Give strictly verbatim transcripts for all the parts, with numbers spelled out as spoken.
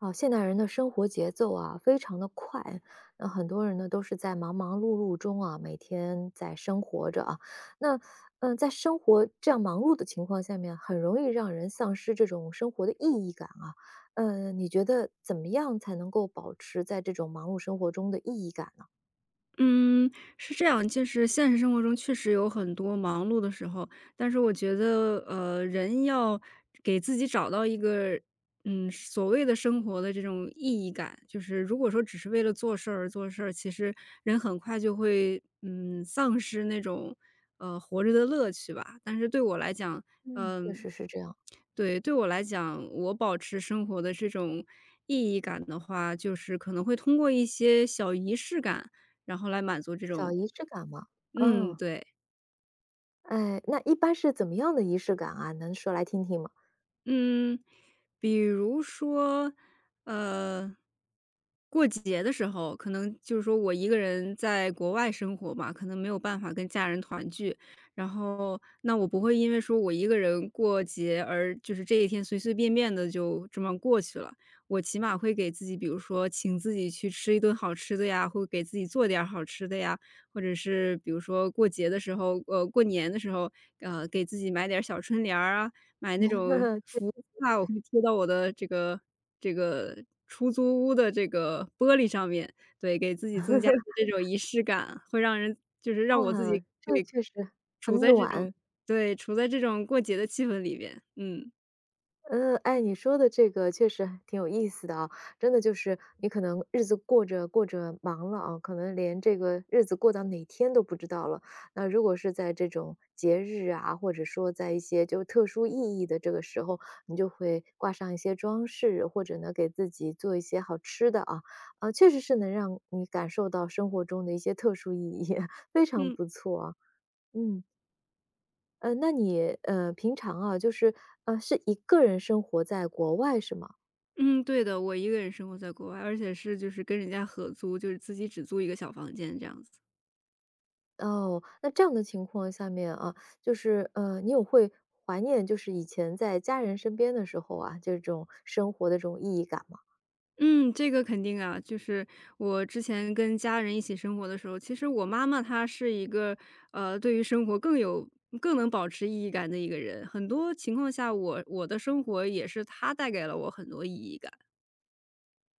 哦，现代人的生活节奏啊，非常的快，那很多人呢都是在忙忙碌碌中啊，每天在生活着啊。那嗯、呃在生活这样忙碌的情况下面，很容易让人丧失这种生活的意义感啊。嗯，你觉得怎么样才能够保持在这种忙碌生活中的意义感呢？嗯，是这样，就是现实生活中确实有很多忙碌的时候，但是我觉得，呃，人要给自己找到一个，嗯，所谓的生活的这种意义感，就是如果说只是为了做事儿而做事儿，其实人很快就会，嗯，丧失那种，呃，活着的乐趣吧。但是对我来讲，嗯，确嗯，实是这样，对，对我来讲，我保持生活的这种意义感的话，就是可能会通过一些小仪式感。然后来满足这小种仪式感嘛。嗯，嗯，对。哎，那一般是怎么样的仪式感啊？能说来听听吗？嗯，比如说，呃，过节的时候，可能就是说我一个人在国外生活嘛，可能没有办法跟家人团聚。然后，那我不会因为说我一个人过节而就是这一天随随便便的就这么过去了。我起码会给自己，比如说请自己去吃一顿好吃的呀，会给自己做点儿好吃的呀，或者是比如说过节的时候，呃，过年的时候，呃，给自己买点儿小春联儿啊，买那种 氟画，我会贴到我的这个这个出租屋的这个玻璃上面，对，给自己增加这种仪式感，会让人就是让我自啊，己这个对，确实很处在这种暖。对，处在这种过节的气氛里边，嗯。嗯，哎，你说的这个确实挺有意思的啊，真的就是你可能日子过着过着忙了啊，可能连这个日子过到哪天都不知道了。那如果是在这种节日啊，或者说在一些就特殊意义的这个时候，你就会挂上一些装饰，或者呢给自己做一些好吃的啊，啊，确实是能让你感受到生活中的一些特殊意义，非常嗯不错啊，嗯。呃，那你，呃，平常啊，就是，呃，是一个人生活在国外是吗？嗯，对的，我一个人生活在国外，而且是就是跟人家合租，就是自己只租一个小房间这样子。哦，那这样的情况下面啊，就是，呃，你有会怀念就是以前在家人身边的时候啊，这种生活的这种意义感吗？嗯，这个肯定啊，就是我之前跟家人一起生活的时候，其实我妈妈她是一个，呃，对于生活更有更能保持意义感的一个人。很多情况下，我我的生活也是她带给了我很多意义感。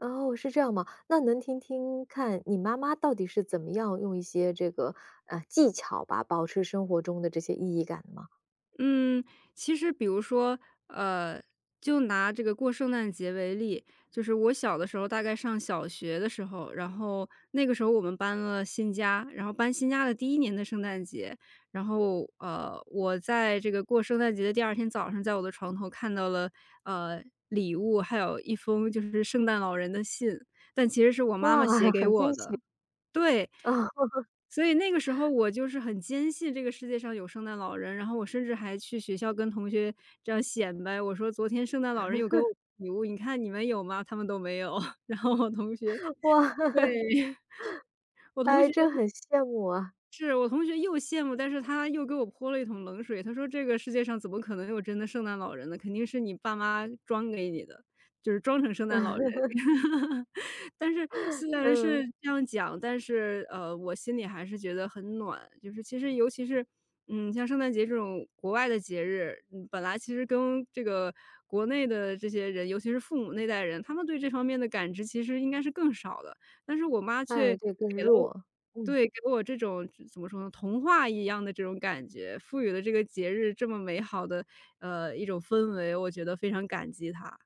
哦，是这样吗？那能听听看你妈妈到底是怎么样用一些这个，呃，技巧吧，保持生活中的这些意义感的吗？嗯，其实比如说，呃，就拿这个过圣诞节为例，就是我小的时候，大概上小学的时候，然后那个时候我们搬了新家，然后搬新家的第一年的圣诞节，然后呃，我在这个过圣诞节的第二天早上，在我的床头看到了呃礼物，还有一封就是圣诞老人的信，但其实是我妈哇，妈写给很我惊喜，的。对，啊，所以那个时候我就是很坚信这个世界上有圣诞老人，然后我甚至还去学校跟同学这样显摆，我说：“昨天圣诞老人有给我礼物，你看你们有吗？”他们都没有，然后我同学 哇，对 我同哎，学这很羡慕啊，是我同学又羡慕，但是他又给我泼了一桶冷水。他说：“这个世界上怎么可能有真的圣诞老人呢？肯定是你爸妈装给你的，就是装成圣诞老人。” 但是虽然是嗯，这样讲，但是呃，我心里还是觉得很暖。就是其实尤其是，嗯，像圣诞节这种国外的节日，嗯，本来其实跟这个国内的这些人，尤其是父母那代人，他们对这方面的感知其实应该是更少的。但是我妈却哎，对，更给了我弱，嗯。对，给我这种怎么说呢，童话一样的这种感觉，赋予了这个节日这么美好的，呃，一种氛围，我觉得非常感激她。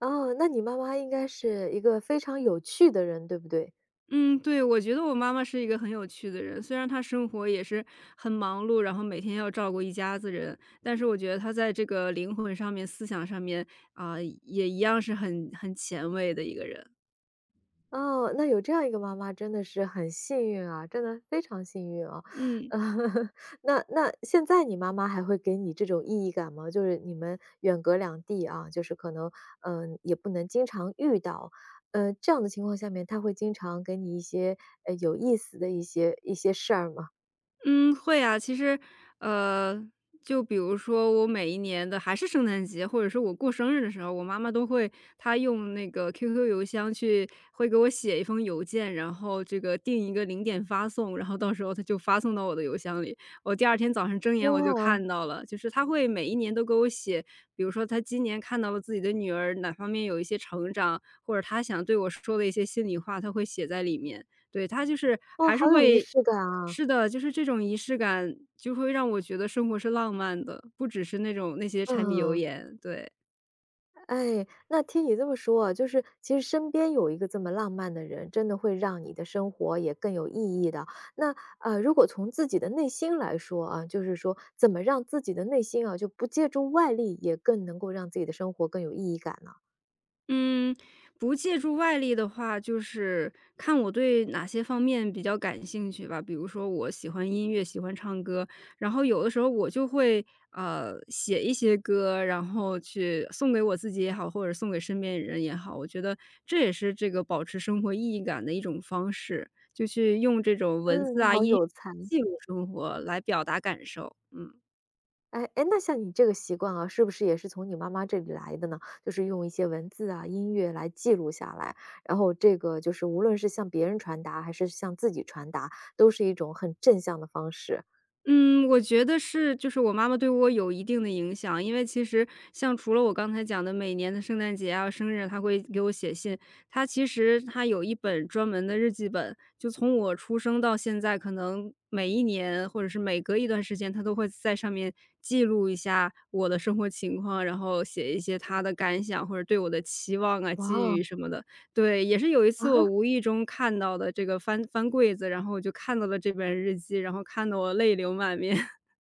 哦，那你妈妈应该是一个非常有趣的人，对不对？嗯，对，我觉得我妈妈是一个很有趣的人，虽然她生活也是很忙碌，然后每天要照顾一家子人，但是我觉得她在这个灵魂上面、思想上面，啊，也一样是很很前卫的一个人。哦，那有这样一个妈妈真的是很幸运啊，真的非常幸运啊。嗯。那那现在你妈妈还会给你这种意义感吗？就是你们远隔两地啊，就是可能，嗯，也不能经常遇到，呃，这样的情况下面，她会经常给你一些，呃，有意思的一些一些事儿吗？嗯，会啊。其实，呃，就比如说我每一年的还是圣诞节，或者是我过生日的时候，我妈妈都会她用那个 Q Q 邮箱去会给我写一封邮件，然后这个定一个零点发送，然后到时候她就发送到我的邮箱里。我第二天早上睁眼我就哇，看到了，就是她会每一年都给我写，比如说她今年看到了自己的女儿哪方面有一些成长，或者她想对我说的一些心里话，她会写在里面。对，它就是哦，还是好有仪会式感啊，是的，就是这种仪式感就会让我觉得生活是浪漫的，不只是那种那些柴米油嗯。盐，对。哎，那听你这么说啊，就是其实身边有一个这么浪漫的人，真的会让你的生活也更有意义的。那呃，如果从自己的内心来说啊，就是说怎么让自己的内心啊，就不借助外力，也更能够让自己的生活更有意义感呢？嗯，不借助外力的话，就是看我对哪些方面比较感兴趣吧。比如说我喜欢音乐，喜欢唱歌，然后有的时候我就会，呃，写一些歌，然后去送给我自己也好，或者送给身边的人也好。我觉得这也是这个保持生活意义感的一种方式，就去用这种文嗯，字你啊、好音乐有才。记录生活来表达感受，嗯。哎哎，那像你这个习惯啊，是不是也是从你妈妈这里来的呢？就是用一些文字啊、音乐来记录下来，然后这个就是无论是向别人传达，还是向自己传达，都是一种很正向的方式。嗯，我觉得是，就是我妈妈对我有一定的影响，因为其实像除了我刚才讲的每年的圣诞节啊、生日，她会给我写信。她其实她有一本专门的日记本，就从我出生到现在，可能每一年或者是每隔一段时间，她都会在上面记录一下我的生活情况，然后写一些她的感想或者对我的期望啊、哇寄语哦，什么的。对，也是有一次我 无意中看到的这个翻翻柜子，然后我就看到了这本日记，然后看得我泪流满面。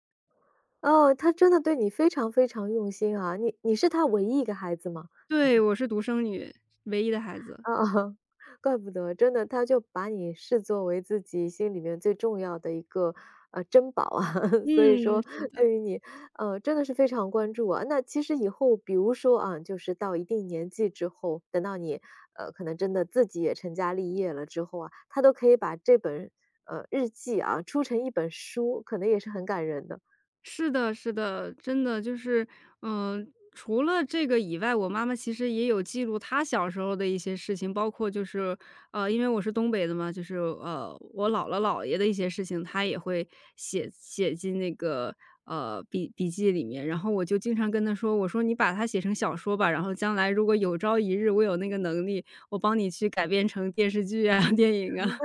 哦，他真的对你非常非常用心啊，你你是他唯一一个孩子吗？对，我是独生女，唯一的孩子。啊，怪不得，真的，他就把你视作为自己心里面最重要的一个，呃，珍宝啊，所以嗯，说是的。对于你，呃，真的是非常关注啊。那其实以后比如说啊，就是到一定年纪之后，等到你，呃，可能真的自己也成家立业了之后啊，他都可以把这本，呃，日记啊，出成一本书，可能也是很感人的。是的是的，真的就是，嗯，除了这个以外，我妈妈其实也有记录她小时候的一些事情，包括就是，呃，因为我是东北的嘛，就是，呃，我姥姥姥爷的一些事情，她也会写写进那个，呃，笔笔记里面。然后我就经常跟她说，我说：“你把它写成小说吧，然后将来如果有朝一日我有那个能力，我帮你去改编成电视剧啊、电影啊。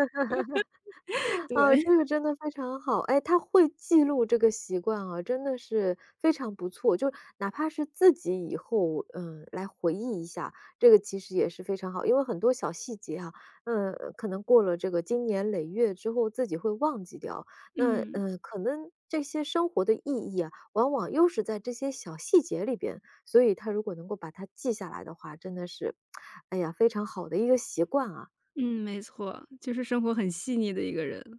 对，啊，这个真的非常好。哎，他会记录这个习惯啊，真的是非常不错。就哪怕是自己以后，嗯，来回忆一下，这个其实也是非常好。因为很多小细节啊，嗯，可能过了这个经年累月之后，自己会忘记掉。那嗯，嗯，可能这些生活的意义啊，往往又是在这些小细节里边。所以他如果能够把它记下来的话，真的是，哎呀，非常好的一个习惯啊。嗯，没错，就是生活很细腻的一个人。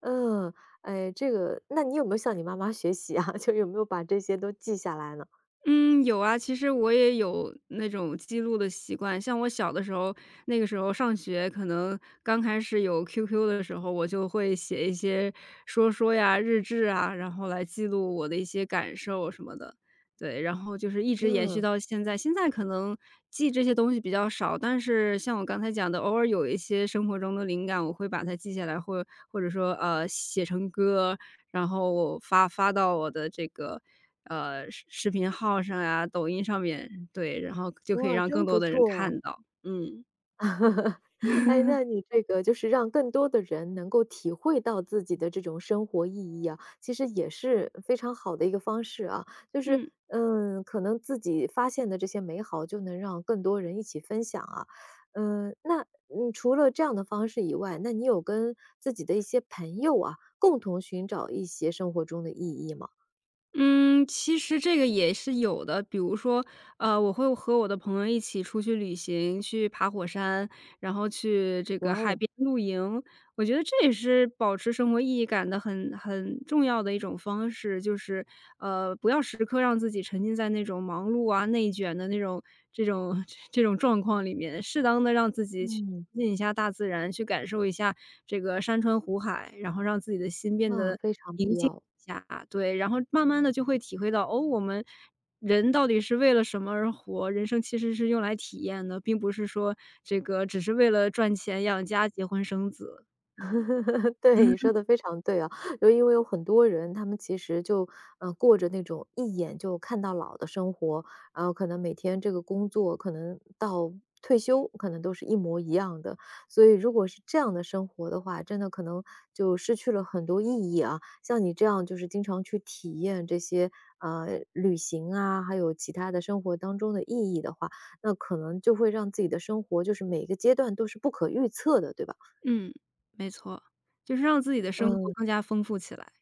嗯，哎，这个那你有没有向你妈妈学习啊？就有没有把这些都记下来呢？嗯，有啊，其实我也有那种记录的习惯。像我小的时候，那个时候上学，可能刚开始有 Q Q 的时候，我就会写一些说说呀、日志啊，然后来记录我的一些感受什么的。对，然后就是一直延续嗯，到现在。现在可能记这些东西比较少，但是像我刚才讲的，偶尔有一些生活中的灵感，我会把它记下来，或或者说呃写成歌，然后我发发到我的这个，呃，视视频号上呀，抖音上面，对，然后就可以哇，让更真多不的人错啊。看到，嗯，哎，那你这个就是让更多的人能够体会到自己的这种生活意义啊，其实也是非常好的一个方式啊。就是，嗯。嗯，可能自己发现的这些美好，就能让更多人一起分享啊。嗯，那嗯，除了这样的方式以外，那你有跟自己的一些朋友啊，共同寻找一些生活中的意义吗？嗯，其实这个也是有的。比如说，呃，我会和我的朋友一起出去旅行，去爬火山，然后去这哇个海哦，边露营。我觉得这也是保持生活意义感的很很重要的一种方式，就是呃，不要时刻让自己沉浸在那种忙碌啊、内卷的那种这种 这种状况里面，适当的让自己去嗯，亲近一下大自然，去感受一下这个山川湖海，然后让自己的心变那得非常宁必静要。一下，对，然后慢慢的就会体会到，哦，我们人到底是为了什么而活，人生其实是用来体验的，并不是说这个只是为了赚钱养家、结婚生子。嗯，对，你说的非常对啊，就因为有很多人，他们其实就嗯，呃，过着那种一眼就看到老的生活，然后可能每天这个工作可能到退休，可能都是一模一样的。所以如果是这样的生活的话，真的可能就失去了很多意义啊。像你这样就是经常去体验这些，呃，旅行啊，还有其他的生活当中的意义的话，那可能就会让自己的生活就是每个阶段都是不可预测的，对吧？嗯，没错，就是让自己的生活嗯。更加丰富起来。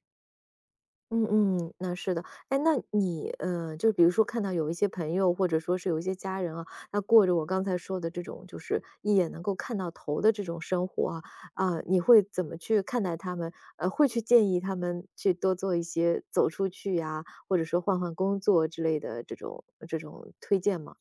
嗯嗯，那是的。哎，那你，呃，就比如说看到有一些朋友，或者说是有一些家人啊，那过着我刚才说的这种，就是一眼能够看到头的这种生活啊，啊，你会怎么去看待他们？呃，会去建议他们去多做一些走出去呀，或者说换换工作之类的这种这种推荐吗？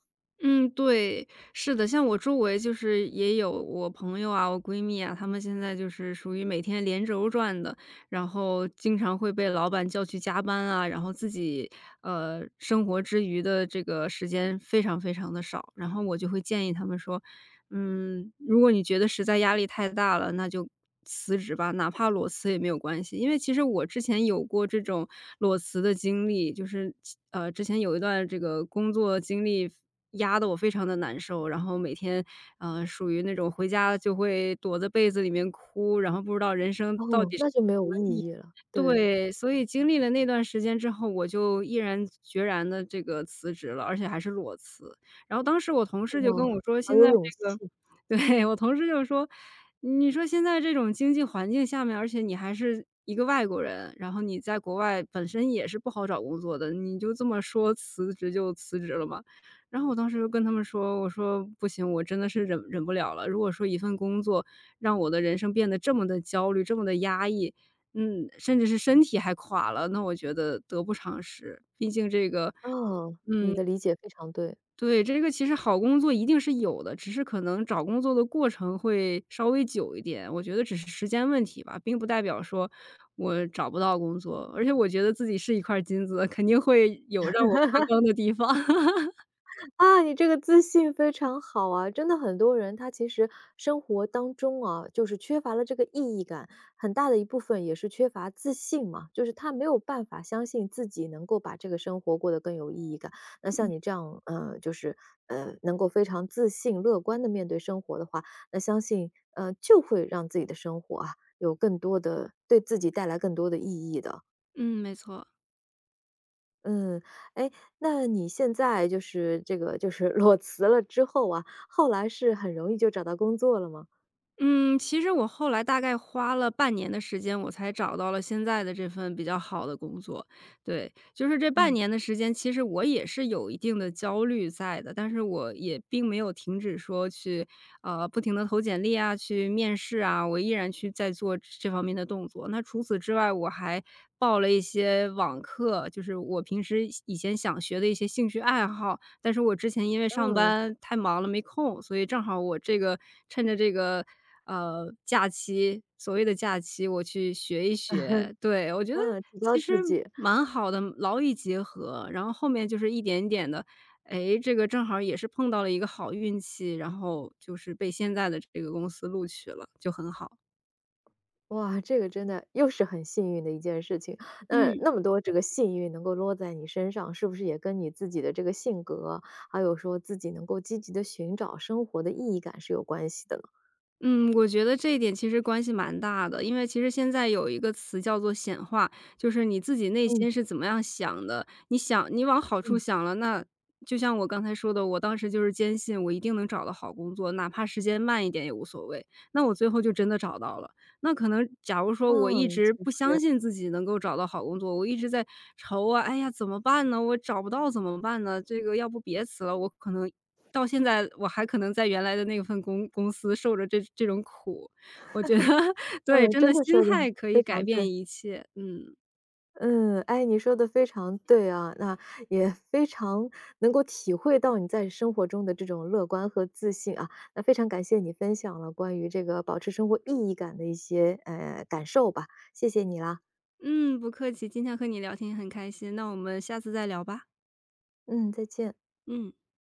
嗯，对，是的，像我周围就是也有我朋友啊，我闺蜜啊，她们现在就是属于每天连轴转的，然后经常会被老板叫去加班啊，然后自己呃生活之余的这个时间非常非常的少，然后我就会建议她们说，嗯，如果你觉得实在压力太大了，那就辞职吧，哪怕裸辞也没有关系。因为其实我之前有过这种裸辞的经历，就是其呃，之前有一段这个工作经历压得我非常的难受，然后每天，呃，属于那种回家就会躲在被子里面哭，然后不知道人生到哦，底是那就没有意义了。对，对，所以经历了那段时间之后，我就毅然决然的这个辞职了，而且还是裸辞。然后当时我同事就哇，跟我说：好“现有在勇这个” 气。对，我同事就说：“你说现在这种经济环境下面，而且你还是一个外国人，然后你在国外本身也是不好找工作的，你就这么说辞职就辞职了吗？”然后我当时就跟他们说，我说：“不行，我真的是忍忍不了了。如果说一份工作让我的人生变得这么的焦虑，这么的压抑，嗯，甚至是身体还垮了，那我觉得得不偿失。毕竟这个哦，你嗯，的理解非常对。对，这个其实好工作一定是有的，只是可能找工作的过程会稍微久一点，我觉得只是时间问题吧，并不代表说我找不到工作，而且我觉得自己是一块金子，肯定会有让我发光的地方。啊，你这个自信非常好啊！真的很多人他其实生活当中啊，就是缺乏了这个意义感，很大的一部分也是缺乏自信嘛，就是他没有办法相信自己能够把这个生活过得更有意义感。那像你这样，呃，就是呃，能够非常自信、乐观的面对生活的话，那相信呃，就会让自己的生活啊，有更多的对自己带来更多的意义的。嗯，没错。嗯，哎，那你现在就是这个就是裸辞了之后啊，后来是很容易就找到工作了吗？嗯，其实我后来大概花了半年的时间，我才找到了现在的这份比较好的工作。对，就是这半嗯。年的时间，其实我也是有一定的焦虑在的，但是我也并没有停止说去，呃，不停的投简历啊，去面试啊，我依然去在做这方面的动作。那除此之外，我还报了一些网课，就是我平时以前想学的一些兴趣爱好，但是我之前因为上嗯，班太忙了没空，所以正好我这个趁着这个，呃，假期所谓的假期我去学一学。对，我觉得嗯，提高其实自己，蛮好的，劳逸结合。然后后面就是一点点的，哎，这个正好也是碰到了一个好运气，然后就是被现在的这个公司录取了，就很好。哇，这个真的又是很幸运的一件事情。那嗯。那么多这个幸运能够落在你身上，是不是也跟你自己的这个性格，还有说自己能够积极的寻找生活的意义感是有关系的呢？嗯，我觉得这一点其实关系蛮大的，因为其实现在有一个词叫做显化，就是你自己内嗯，心是怎么样想的，你想你往好处嗯。想了，那就像我刚才说的，我当时就是坚信我一定能找到好工作，哪怕时间慢一点也无所谓。那我最后就真的找到了。那可能假如说我一嗯，直确不相实，信自己能够找到好工作，我一直在愁啊，哎呀，怎么办呢？我找不到怎么办呢？这个要不别辞了，我可能到现在我还可能在原来的那份公公司受着这这种苦，我觉得 对，嗯，真真的的心说的态可以非改常对。变一切，嗯。嗯，哎，你说的非常对啊，那也非常能够体会到你在生活中的这种乐观和自信啊。那非常感谢你分享了关于这个保持生活意义感的一些，呃，感受吧，谢谢你啦。嗯，不客气，今天和你聊天也很开心，那我们下次再聊吧，嗯，再见。嗯。